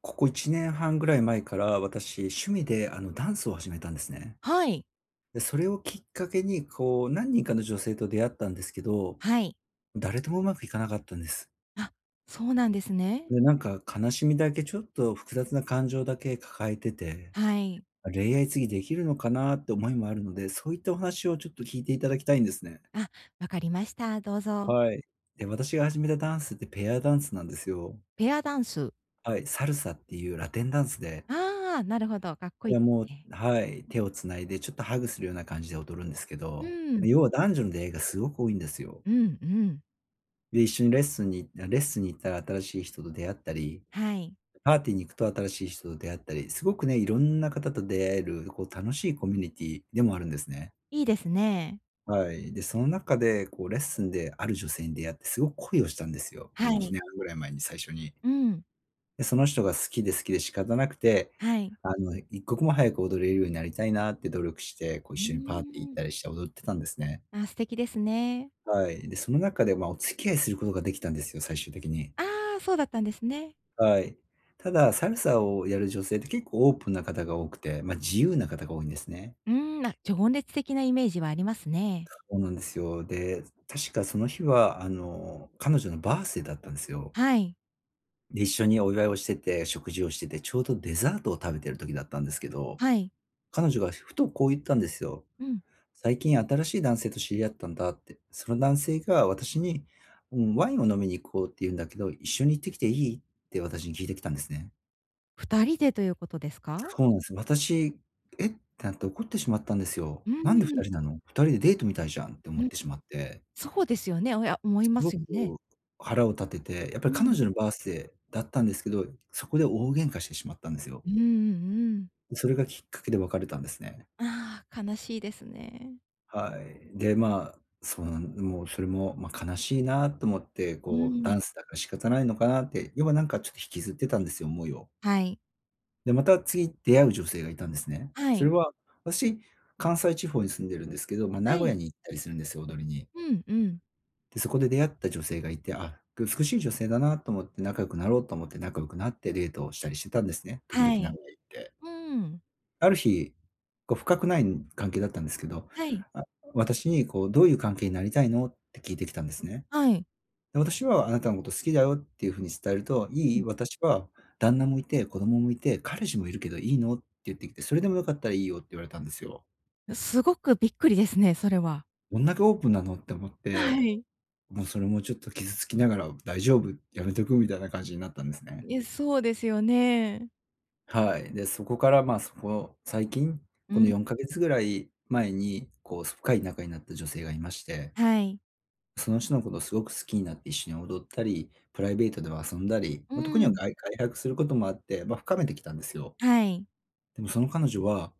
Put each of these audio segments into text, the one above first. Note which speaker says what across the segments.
Speaker 1: ここ1年半ぐらい前から、私、趣味で、ダンスを始めたんですね。
Speaker 2: はい。
Speaker 1: で、それをきっかけに、何人かの女性と出会ったんですけど、
Speaker 2: はい。
Speaker 1: 誰ともうまくいかなかったんです。
Speaker 2: あ、そうなんですね。
Speaker 1: で、なんか悲しみだけ、ちょっと複雑な感情だけ抱えてて、
Speaker 2: はい。
Speaker 1: 恋愛次できるのかなって思いもあるので、そういったお話をちょっと聞いていただきたいんですね。
Speaker 2: あ、わかりました。どうぞ。
Speaker 1: はい。で、私が始めたダンスってペアダンスなんですよ。
Speaker 2: ペアダンス。
Speaker 1: はい、サルサっていうラテンダンスで、
Speaker 2: ああ、なるほど、かっこ
Speaker 1: い
Speaker 2: いい
Speaker 1: や、
Speaker 2: で
Speaker 1: もう
Speaker 2: すね。
Speaker 1: はい、手をつないでちょっとハグするような感じで踊るんですけ
Speaker 2: う
Speaker 1: ど、
Speaker 2: ん。
Speaker 1: 要は男女の出会いがすごく多いんですよ。
Speaker 2: うんうん。
Speaker 1: で、一緒にレッスンに行ったら新しい人と出会ったり、
Speaker 2: はい。
Speaker 1: パーティーに行くと新しい人と出会ったり、すごくね、いろんな方と出会える、こう楽しいコミュニティでもあるんですね。
Speaker 2: いいですね。
Speaker 1: はい。で、その中でレッスンである女性に出会ってすごく恋をしたんですよ。も
Speaker 2: は
Speaker 1: う1
Speaker 2: い。
Speaker 1: 年半ぐらい前に最初に。
Speaker 2: うん。
Speaker 1: で、その人が好きで好きで仕方なくて、
Speaker 2: はい。
Speaker 1: 一刻も早く踊れるようになりたいなって努力して、一
Speaker 2: う
Speaker 1: 緒にパーティー行っ
Speaker 2: ーん。
Speaker 1: たりして踊ってたんですね。
Speaker 2: あ、素敵ですね。
Speaker 1: はい。で、その中で、ま、お付き合いすることができたんですよ、最終的に。
Speaker 2: ああ、そうだったんですね。
Speaker 1: はい。ただ、サルサをやる女性って結構オープンな方が多くて、ま、自由な方が多いんですね。
Speaker 2: うーん、あ、情熱的なイメージはありますね。
Speaker 1: そうなんですよ。で、確かその日は、彼女のバースデーだったんですよ。
Speaker 2: はい。
Speaker 1: で、一緒にお祝いをしてて、食事をしてて、ちょうどデザートを食べてる時だったんですけど、
Speaker 2: はい。
Speaker 1: 彼女がふとこう言ったんですよ。
Speaker 2: うん。
Speaker 1: 最近新しい男性と知り合ったんだって。その男性が私に、うん、ワインを飲みに行こうって言うんだけど、一緒に行ってきていいって私に聞いてきたんですね。
Speaker 2: 2人でということですか？
Speaker 1: そうなんです。私、えってなって怒ってしまったんですよ。
Speaker 2: う
Speaker 1: なんで
Speaker 2: ーん。
Speaker 1: 2人なの？ 2 人でデートみたいじゃんって思
Speaker 2: う
Speaker 1: っ
Speaker 2: ん。
Speaker 1: てしまって、
Speaker 2: そうですよね。おや思い
Speaker 1: す
Speaker 2: ま
Speaker 1: ご
Speaker 2: す
Speaker 1: く
Speaker 2: よね。
Speaker 1: 腹を立てて、やっぱ
Speaker 2: う
Speaker 1: り彼
Speaker 2: ん。
Speaker 1: 女のバースデーだったんですけど、そこで大喧嘩してしまったんですよ。
Speaker 2: うんうんうん。
Speaker 1: でそれがきっかけで別れたんですね。
Speaker 2: ああ、悲しいですね。
Speaker 1: はい。で、まあ、その、もうそれも、まあ、悲しいなと思って、
Speaker 2: う
Speaker 1: こう、ダ
Speaker 2: ん、
Speaker 1: ンスだから仕方ないのかなって、要はなんかちょっと引きずってたんですよ、思いを。
Speaker 2: はい。
Speaker 1: で、また次出会う女性がいたんですね。
Speaker 2: は
Speaker 1: それ
Speaker 2: い。
Speaker 1: は、私、関西地方に住んでるんですけど、まあ、
Speaker 2: は
Speaker 1: 名古
Speaker 2: い。
Speaker 1: 屋に行ったりするんですよ、踊りに。
Speaker 2: うんうん。
Speaker 1: で、そこで出会った女性がいて、あ、美しい女性だなと思って仲良くなろうと思って仲良くなってデートをしたりしてたんですね、時
Speaker 2: は
Speaker 1: 々名
Speaker 2: い。
Speaker 1: 古屋行って。
Speaker 2: うーん。
Speaker 1: ある日、深くない関係だったんですけど、
Speaker 2: はい。
Speaker 1: あ、私にこう「どういう関係になりたいの？」って聞いてきたんですね。
Speaker 2: はい。
Speaker 1: で、私は「あなたのこと好きだよ」っていうふうに伝えると
Speaker 2: う
Speaker 1: 「い
Speaker 2: ん。
Speaker 1: い？私は旦那もいて、子供もいて、彼氏もいるけどいいの？」って言ってきて「それでもよかったらいいよ」って言われたんですよ。
Speaker 2: すごくびっくりですね、それは。
Speaker 1: どんだけオープンなのって思っ
Speaker 2: は
Speaker 1: て、
Speaker 2: い。
Speaker 1: もうそれもちょっと傷つきながら「大丈夫、やめとく」みたいな感じになったんですね。
Speaker 2: え、そうですよね。
Speaker 1: はい。で、そこから、まあ、最近、
Speaker 2: う
Speaker 1: こ
Speaker 2: ん、
Speaker 1: の4か月ぐらい前に、こう、深い仲になった女性がいまして、
Speaker 2: はい。
Speaker 1: その人のことをすごく好きになって一緒に踊ったり、プライベートでは遊んだり、
Speaker 2: う
Speaker 1: まあ、特には
Speaker 2: ん。
Speaker 1: 外泊することもあって、まあ、深めてきたんですよ。
Speaker 2: はい。
Speaker 1: でもその彼女は、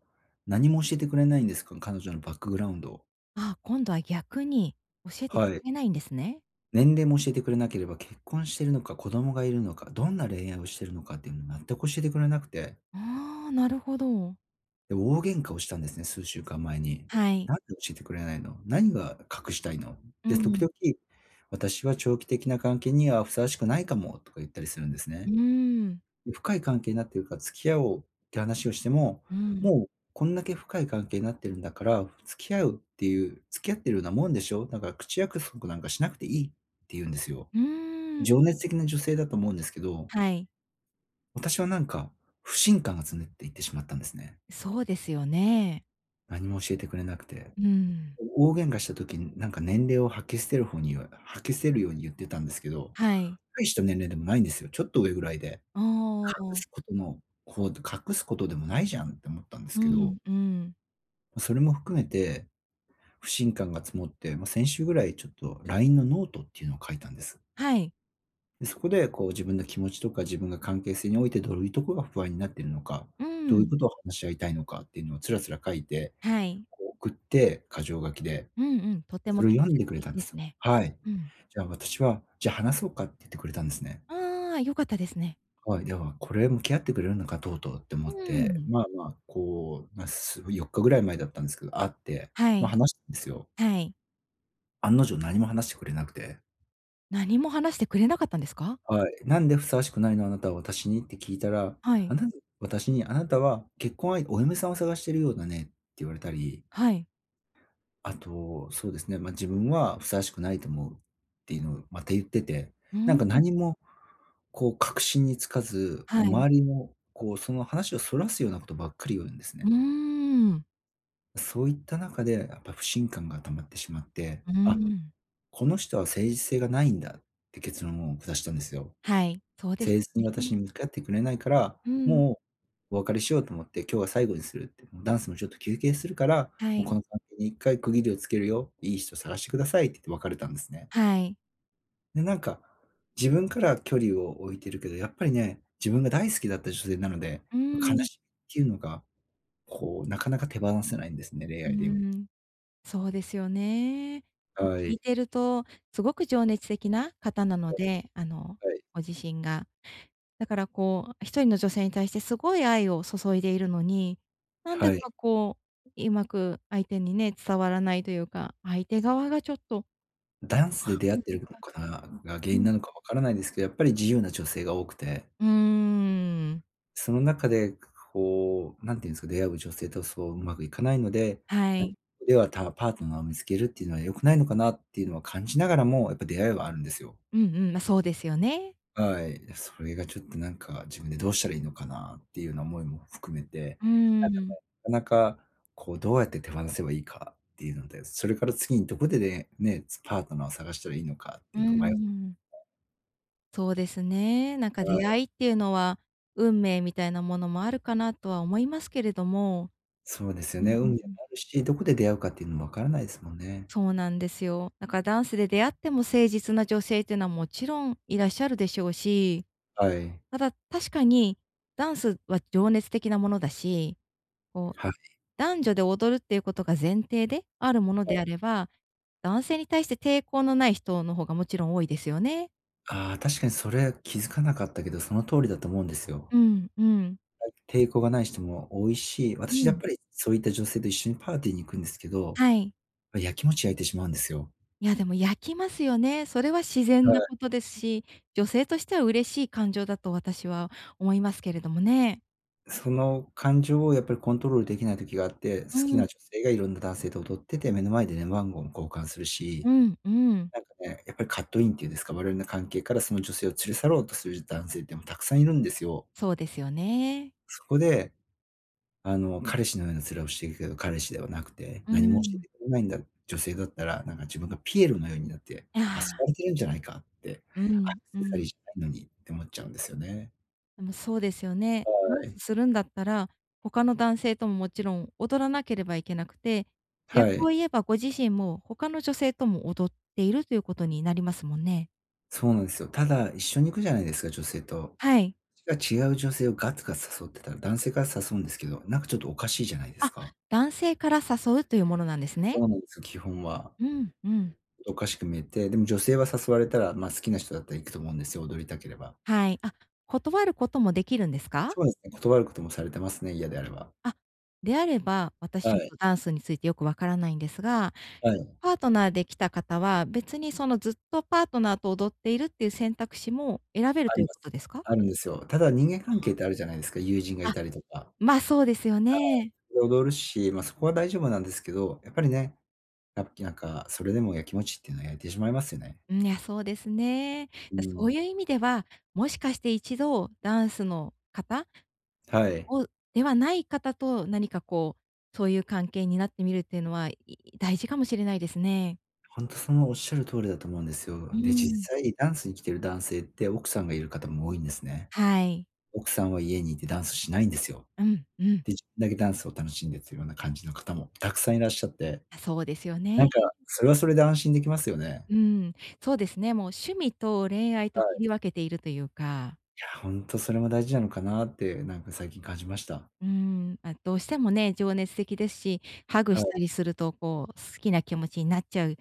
Speaker 1: 何も教えてくれないんです、彼女のバックグラウンドを。
Speaker 2: あ、今度は逆に教えてく
Speaker 1: はい。
Speaker 2: れないんですね。
Speaker 1: 年齢も教えてくれなければ、結婚してるのか、子供がいるのか、どんな恋愛をしてるのかっていうのを全く教えてくれなくて。
Speaker 2: ああ、なるほど。
Speaker 1: で、大喧嘩をしたんですね、数週間前に。
Speaker 2: はい。
Speaker 1: 「なんで教えてくれないの？何が隠したいの？」
Speaker 2: う
Speaker 1: で、時
Speaker 2: ん。
Speaker 1: 々「私は長期的な関係にはふさわしくないかも」とか言ったりするんです
Speaker 2: う
Speaker 1: ね。
Speaker 2: ーん。
Speaker 1: で、深い関係になってるから付き合おうって話をしても、
Speaker 2: うん。
Speaker 1: 「もうこんだけ深い関係になってるんだから、付き合ってるようなもんでしょ？だから口約束なんかしなくていい」って言うんですよ。
Speaker 2: うーん。
Speaker 1: 情熱的な女性だと思うんですけど、
Speaker 2: はい。
Speaker 1: 私はなんか不信感が募っていってしまったんですね。
Speaker 2: そうですよね。
Speaker 1: 何も教えてくれなくて。
Speaker 2: うん。
Speaker 1: 大喧嘩した時に、なんか年齢を吐き捨てるように言ってたんですけど、
Speaker 2: はい。
Speaker 1: 大した年齢でもないんですよ。ちょっと上ぐらいで、
Speaker 2: あ
Speaker 1: 隠す
Speaker 2: あ。
Speaker 1: ことのこう隠すことでもないじゃんって思ったんで
Speaker 2: う
Speaker 1: すけど、
Speaker 2: んうん。
Speaker 1: まそれも含めて不信感が積もって、ま、先週ぐらいちょっと LINE のノートっていうのを書いたんです。
Speaker 2: はい。
Speaker 1: で、そこで自分の気持ちとか自分が関係性においてどういうとこが不安になっているのか、
Speaker 2: う
Speaker 1: どういう
Speaker 2: ん。
Speaker 1: ことを話し合いたいのかっていうのをつらつら書いて、
Speaker 2: はい。
Speaker 1: 送って、箇条書きで。
Speaker 2: うんうん。とて
Speaker 1: そ
Speaker 2: も
Speaker 1: れを
Speaker 2: 建
Speaker 1: 読んで
Speaker 2: 設
Speaker 1: くれた
Speaker 2: 的
Speaker 1: んで
Speaker 2: で
Speaker 1: す
Speaker 2: す
Speaker 1: よ。
Speaker 2: ね。
Speaker 1: はい。
Speaker 2: うん。
Speaker 1: じゃあ私は、じゃあ話そうかって言ってくれたんですね。
Speaker 2: ああ、良かったですね。
Speaker 1: はい、では、これ向き合ってくれるのか、とうとうって思
Speaker 2: う
Speaker 1: って、
Speaker 2: ん。
Speaker 1: まあまあ、こう、まあ、4日ぐらい前だったんですけど、会って、
Speaker 2: は
Speaker 1: ま、
Speaker 2: い。
Speaker 1: 話したんですよ。
Speaker 2: はい。
Speaker 1: 案の定何も話してくれなくて、
Speaker 2: 何も話してくれなかったんですか？
Speaker 1: はい、「なんでふさわしくないの、あなたは私に」って聞いたら、
Speaker 2: は
Speaker 1: あ
Speaker 2: い。
Speaker 1: なた私に「あなたは結婚相手お嫁さんを探してるようだね」って言われたり、
Speaker 2: はい。
Speaker 1: あと、そうですね、まあ、自分はふさわしくないと思うっていうのをまた言ってて、
Speaker 2: う
Speaker 1: なん
Speaker 2: ー
Speaker 1: か何
Speaker 2: ん。
Speaker 1: も確信につかず、
Speaker 2: はい。
Speaker 1: 周りもその話をそらすようなことばっかり言うんです
Speaker 2: うー
Speaker 1: ね。
Speaker 2: ん。
Speaker 1: そういった中でやっぱ不信感が溜まってしまって、
Speaker 2: うー
Speaker 1: あ、
Speaker 2: ん。
Speaker 1: この人は誠実性がないんだって結論を下したんですよ。
Speaker 2: はい。そうで
Speaker 1: 誠
Speaker 2: す
Speaker 1: 実
Speaker 2: よ
Speaker 1: に私
Speaker 2: ね。
Speaker 1: に向き合ってくれないから、
Speaker 2: うん。
Speaker 1: もうお別れしようと思って、今日は最後にするって、もうダンスもちょっと休憩するから、
Speaker 2: は
Speaker 1: もう
Speaker 2: い。
Speaker 1: この関係に一回区切りをつけるよ、いい人探してくださいって言って別れたんですね。
Speaker 2: はい。
Speaker 1: で、なんか、自分から距離を置いてるけど、やっぱりね、自分が大好きだった女性なので、
Speaker 2: うー
Speaker 1: 悲
Speaker 2: ん。
Speaker 1: しみっていうのが、こう、なかなか手放せないんですね、恋
Speaker 2: う
Speaker 1: 愛で今。
Speaker 2: ーん。そうですよね。もう
Speaker 1: は
Speaker 2: 聞い
Speaker 1: い。
Speaker 2: てると、すごく情熱的な方なの
Speaker 1: は
Speaker 2: で、
Speaker 1: いはい。
Speaker 2: ご自身が。だからこう、一人の女性に対してすごい愛を注いでいるのに、なんだ
Speaker 1: はい。
Speaker 2: かこう、うまく相手にね、伝わらないというか、相手側がちょっと
Speaker 1: ダンスで出会
Speaker 2: う
Speaker 1: って
Speaker 2: ん
Speaker 1: るのかなが原
Speaker 2: う
Speaker 1: 因
Speaker 2: ん。
Speaker 1: なのかわからないですけど、やっぱり自由な女性が多くて、
Speaker 2: うーん、
Speaker 1: その中で、何て言うんですか、出会う女性とそううまくいかないので、
Speaker 2: はい。
Speaker 1: では、たパートナーを見つけるっていうのは良くないのかなっていうのは感じながらも、やっぱ出会いはあるんですよ。
Speaker 2: うんうん、ま、そうですよね。
Speaker 1: はい。それがちょっとなんか、自分でどうしたらいいのかなっていうような思いも含めて、
Speaker 2: うー
Speaker 1: なんか、
Speaker 2: ん、
Speaker 1: なかなか、どうやって手放せばいいかっていうので、それから次にどこでね、パートナーを探したらいいのかっ
Speaker 2: う
Speaker 1: て
Speaker 2: ー
Speaker 1: いうのを迷は
Speaker 2: ん、そうですね。なんか出会い
Speaker 1: い。
Speaker 2: っていうのは、運命みたいなものもあるかなとは思いますけれども
Speaker 1: そうですよ
Speaker 2: うんう
Speaker 1: ね、
Speaker 2: ん
Speaker 1: 運命も
Speaker 2: うん。
Speaker 1: あるし、どこで出会うかっていうのも分からないですもんね。
Speaker 2: そうなんですよ。だからダンスで出会っても誠実な女性っていうのはもちろんいらっしゃるでしょうし、
Speaker 1: はい。
Speaker 2: ただ確かにダンスは情熱的なものだし、こう、
Speaker 1: はい。
Speaker 2: 男女で踊るっていうことが前提であるものであれば、男性に対して抵抗のない人の方がもちろん多いですよね。
Speaker 1: ああ、確かにそれ気づかなかったけど、その通りだと思うんですよ。
Speaker 2: うんうん。
Speaker 1: 抵抗がない人も多いし、
Speaker 2: う
Speaker 1: 私やっ
Speaker 2: ん。
Speaker 1: ぱりそういった女性と一緒にパーティーに行くんですけど、
Speaker 2: はい。
Speaker 1: やきもち焼いてしまうんですよ。
Speaker 2: いやでも焼きますよね。それは自然なこ
Speaker 1: は
Speaker 2: とですし、女性としては嬉しい感情だと私は思いますけれどもね。
Speaker 1: い。その感情をやっぱりコントロールできない時があって、好
Speaker 2: う
Speaker 1: き
Speaker 2: ん。
Speaker 1: な女性がいろんな男性と踊ってて、目の前でね話番号も交換するし、
Speaker 2: うんうん。
Speaker 1: なんかね、やっぱりカットインっていうんですか、我々の関係からその女性を連れ去ろうとする男性ってもたくさんいるんですよ。
Speaker 2: そうですよね。
Speaker 1: そこで、彼氏のような面をしているけど、彼氏ではなくて、
Speaker 2: う
Speaker 1: 何も教え
Speaker 2: ん。
Speaker 1: てくれないんだ女性だったら、なんか自分がピエロのようになって、遊
Speaker 2: あ
Speaker 1: ば
Speaker 2: あ、
Speaker 1: れてるんじゃないかって、
Speaker 2: う
Speaker 1: アク
Speaker 2: んう
Speaker 1: セサリ
Speaker 2: ん。
Speaker 1: ーじゃないのにって思っちゃうんですよね。
Speaker 2: でもそうですよね。ダ
Speaker 1: は
Speaker 2: ン
Speaker 1: い。
Speaker 2: スするんだったら、他の男性とももちろん踊らなければいけなくて、
Speaker 1: は
Speaker 2: 逆を
Speaker 1: い。
Speaker 2: 言えばご自身も他の女性とも踊っているということになりますもんね。
Speaker 1: そうなんですよ。ただ、一緒に行くじゃないですか、女性と。
Speaker 2: はい。
Speaker 1: 私が違う女性をガツガツ誘ってたら、男性から誘うんですけど、なんかちょっとおかしいじゃないです
Speaker 2: あ、
Speaker 1: か。
Speaker 2: 男性から誘うというものなんですね。
Speaker 1: そうなんですよ、基本は。
Speaker 2: うんうん。
Speaker 1: おかしく見えて、でも女性は誘われたら、ま、好きな人だったら行くと思うんですよ、踊りたければ。
Speaker 2: はい。あ、断ることもできるんですか？
Speaker 1: そうですね、断ることもされてますね、嫌であれば。
Speaker 2: あ、であれば、私ち
Speaker 1: は
Speaker 2: ょっ
Speaker 1: い。
Speaker 2: とダンスについてよくわからないんですが
Speaker 1: はい、
Speaker 2: パートナーで来た方は、別にそのずっとパートナーと踊っているっていう選択肢も選べる
Speaker 1: あ
Speaker 2: と
Speaker 1: り
Speaker 2: いう
Speaker 1: ま
Speaker 2: こと
Speaker 1: す。
Speaker 2: ですか？
Speaker 1: あるんですよ。ただ人間
Speaker 2: あ
Speaker 1: 関係って
Speaker 2: あ。
Speaker 1: あるじゃないですか、友人がい
Speaker 2: あ、
Speaker 1: たりとか。
Speaker 2: まあ、そうですよ
Speaker 1: は
Speaker 2: ね。
Speaker 1: い、で、踊るし、ま、そこは大丈夫なんですけど、やっぱりね、やっぱりなんか、それでもやきもちっていうのは焼いてしまいますよね。
Speaker 2: うん、いや、そうですね。
Speaker 1: う
Speaker 2: そ
Speaker 1: ん。
Speaker 2: ういう意味では、もしかして一度ダンスの方
Speaker 1: はい。
Speaker 2: をではない方と何かこう、そういう関係になってみるっていうのは、大事かもしれないですね。
Speaker 1: ほんとそのおっしゃる通りだと思うんですよ。
Speaker 2: う
Speaker 1: で、実
Speaker 2: ん。
Speaker 1: 際ダンスに来てる男性って奥さんがいる方も多いんですね。
Speaker 2: はい。
Speaker 1: 奥さんは家にいてダンスしないんですよ。
Speaker 2: うん、うん。
Speaker 1: で、自分だけダンスを楽しんでっていうような感じの方もたくさんいらっしゃって、
Speaker 2: あ、そうですよ
Speaker 1: な
Speaker 2: ね。
Speaker 1: んか、それはそれで安心できますよね。
Speaker 2: うん。そうですね、もう趣味と恋愛と
Speaker 1: はい。
Speaker 2: 切り分けているというか。
Speaker 1: や、ほんとそれも大事なのかなって、なんか最近感じました。
Speaker 2: うーん、まあ、どうしてもね、情熱的ですし、ハグ
Speaker 1: は
Speaker 2: し
Speaker 1: い。
Speaker 2: たりすると、こう、好きな気持ちになっちゃうっ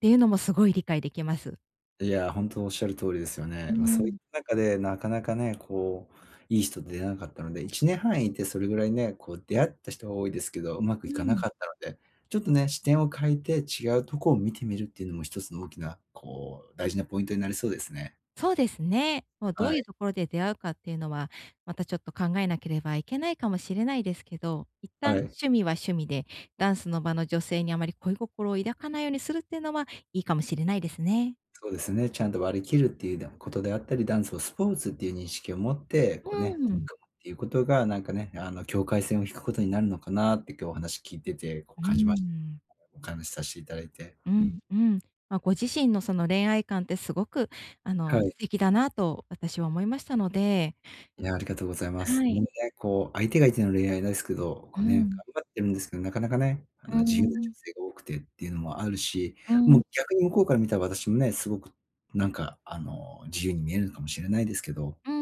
Speaker 2: ていうのもすごい理解できます。
Speaker 1: いや、ほんとおっしゃる通りですよ
Speaker 2: う
Speaker 1: ね。
Speaker 2: ー
Speaker 1: ま、そういっ
Speaker 2: ん。
Speaker 1: た中で、なかなかね、いい人出会えなかったので、1年半いてそれぐらいね、こう出会った人は多いですけど、うまく
Speaker 2: う
Speaker 1: いかな
Speaker 2: ん、
Speaker 1: かったので、ちょっとね、視点を変えて違うとこを見てみるっていうのも一つの大きな、大事なポイントになりそうですね。
Speaker 2: そうですね。もうど
Speaker 1: は
Speaker 2: うい
Speaker 1: い、
Speaker 2: うところで出会うかっていうのは、またちょっと考えなければいけないかもしれないですけど、一旦
Speaker 1: はい。
Speaker 2: 趣味は趣味で、ダンスの場の女性にあまり恋心を抱かないようにするっていうのは、いいかもしれないですね。
Speaker 1: そうですね、ちゃんと割り切るっていうことであったり、ダンスをスポーツっていう認識を持って、こうね、
Speaker 2: うー
Speaker 1: 取り
Speaker 2: ん。
Speaker 1: 組むっていうことが、なんかね、境界線を引くことになるのかなって今日お話聞いてて、こ
Speaker 2: う
Speaker 1: う
Speaker 2: ー
Speaker 1: 感じました。
Speaker 2: ん。
Speaker 1: お話しさせていただいて。
Speaker 2: う
Speaker 1: うん。
Speaker 2: ん、うん。まあ、ご自身のその恋愛観ってすごく、
Speaker 1: はい。
Speaker 2: 素敵だなと私は思いましたので、
Speaker 1: いや、ありがとうございます。
Speaker 2: は
Speaker 1: ね、
Speaker 2: い。
Speaker 1: こう相手がいての恋愛ですけど、こ
Speaker 2: う
Speaker 1: うね、頑
Speaker 2: ん。
Speaker 1: 張ってるんですけど、なかなかね、
Speaker 2: う
Speaker 1: 自由な女
Speaker 2: ん、
Speaker 1: 性が多くてっていうのもあるし、
Speaker 2: う
Speaker 1: も
Speaker 2: ん、
Speaker 1: う逆に向こうから見たら私もね、すごくなんか自由に見えるのかもしれないですけど、
Speaker 2: うー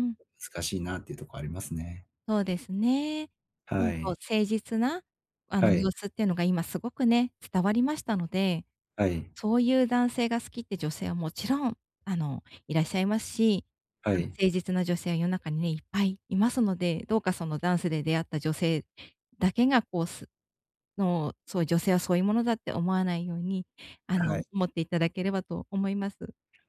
Speaker 2: ん、
Speaker 1: 難しいなっていうところありますね。
Speaker 2: そうですね。こう
Speaker 1: はい。
Speaker 2: 誠実な、
Speaker 1: はい。
Speaker 2: 様子っていうのが今すごくね、伝わりましたので、
Speaker 1: はい。
Speaker 2: そういう男性が好きって女性はもちろん、いらっしゃいますし、
Speaker 1: はい。
Speaker 2: 誠実な女性は世の中にね、いっぱいいますので、どうかそのダンスで出会った女性だけがこうすの、そういう女性はそういうものだって思わないように、
Speaker 1: はい。
Speaker 2: 思っていただければと思います。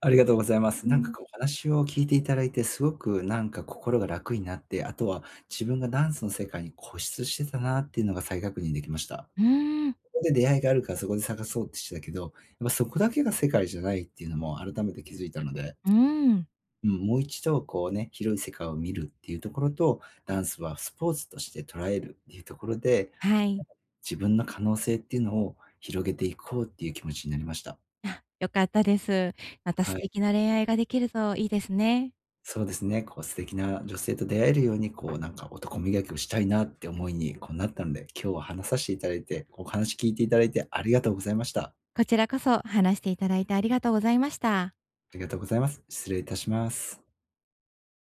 Speaker 1: ありがとうございます。
Speaker 2: う
Speaker 1: なんか
Speaker 2: ん。
Speaker 1: こうお話を聞いていただいて、すごくなんか心が楽になって、あとは自分がダンスの世界に固執してたなっていうのが再確認できました。
Speaker 2: うーん、
Speaker 1: そこで出会いがあるからそこで探そうってしてたけど、やっぱそこだけが世界じゃないっていうのも改めて気づいたので、
Speaker 2: うーん、
Speaker 1: うん、もう一度こうね、広い世界を見るっていうところと、ダンスはスポーツとして捉えるっていうところで、
Speaker 2: はい。
Speaker 1: 自分の可能性っていうのを広げていこうっていう気持ちになりました。
Speaker 2: あ、良かったです。また素
Speaker 1: はい。
Speaker 2: 敵な恋愛ができるといいですね。
Speaker 1: そうですね、こう素敵な女性と出会えるように、こうなんか男磨きをしたいなって思いに、こうなったので、今日は話させていただいて、お話聞いていただいてありがとうございました。
Speaker 2: こちらこそ話していただいてありがとうございました。
Speaker 1: ありがとうございます。失礼いたします。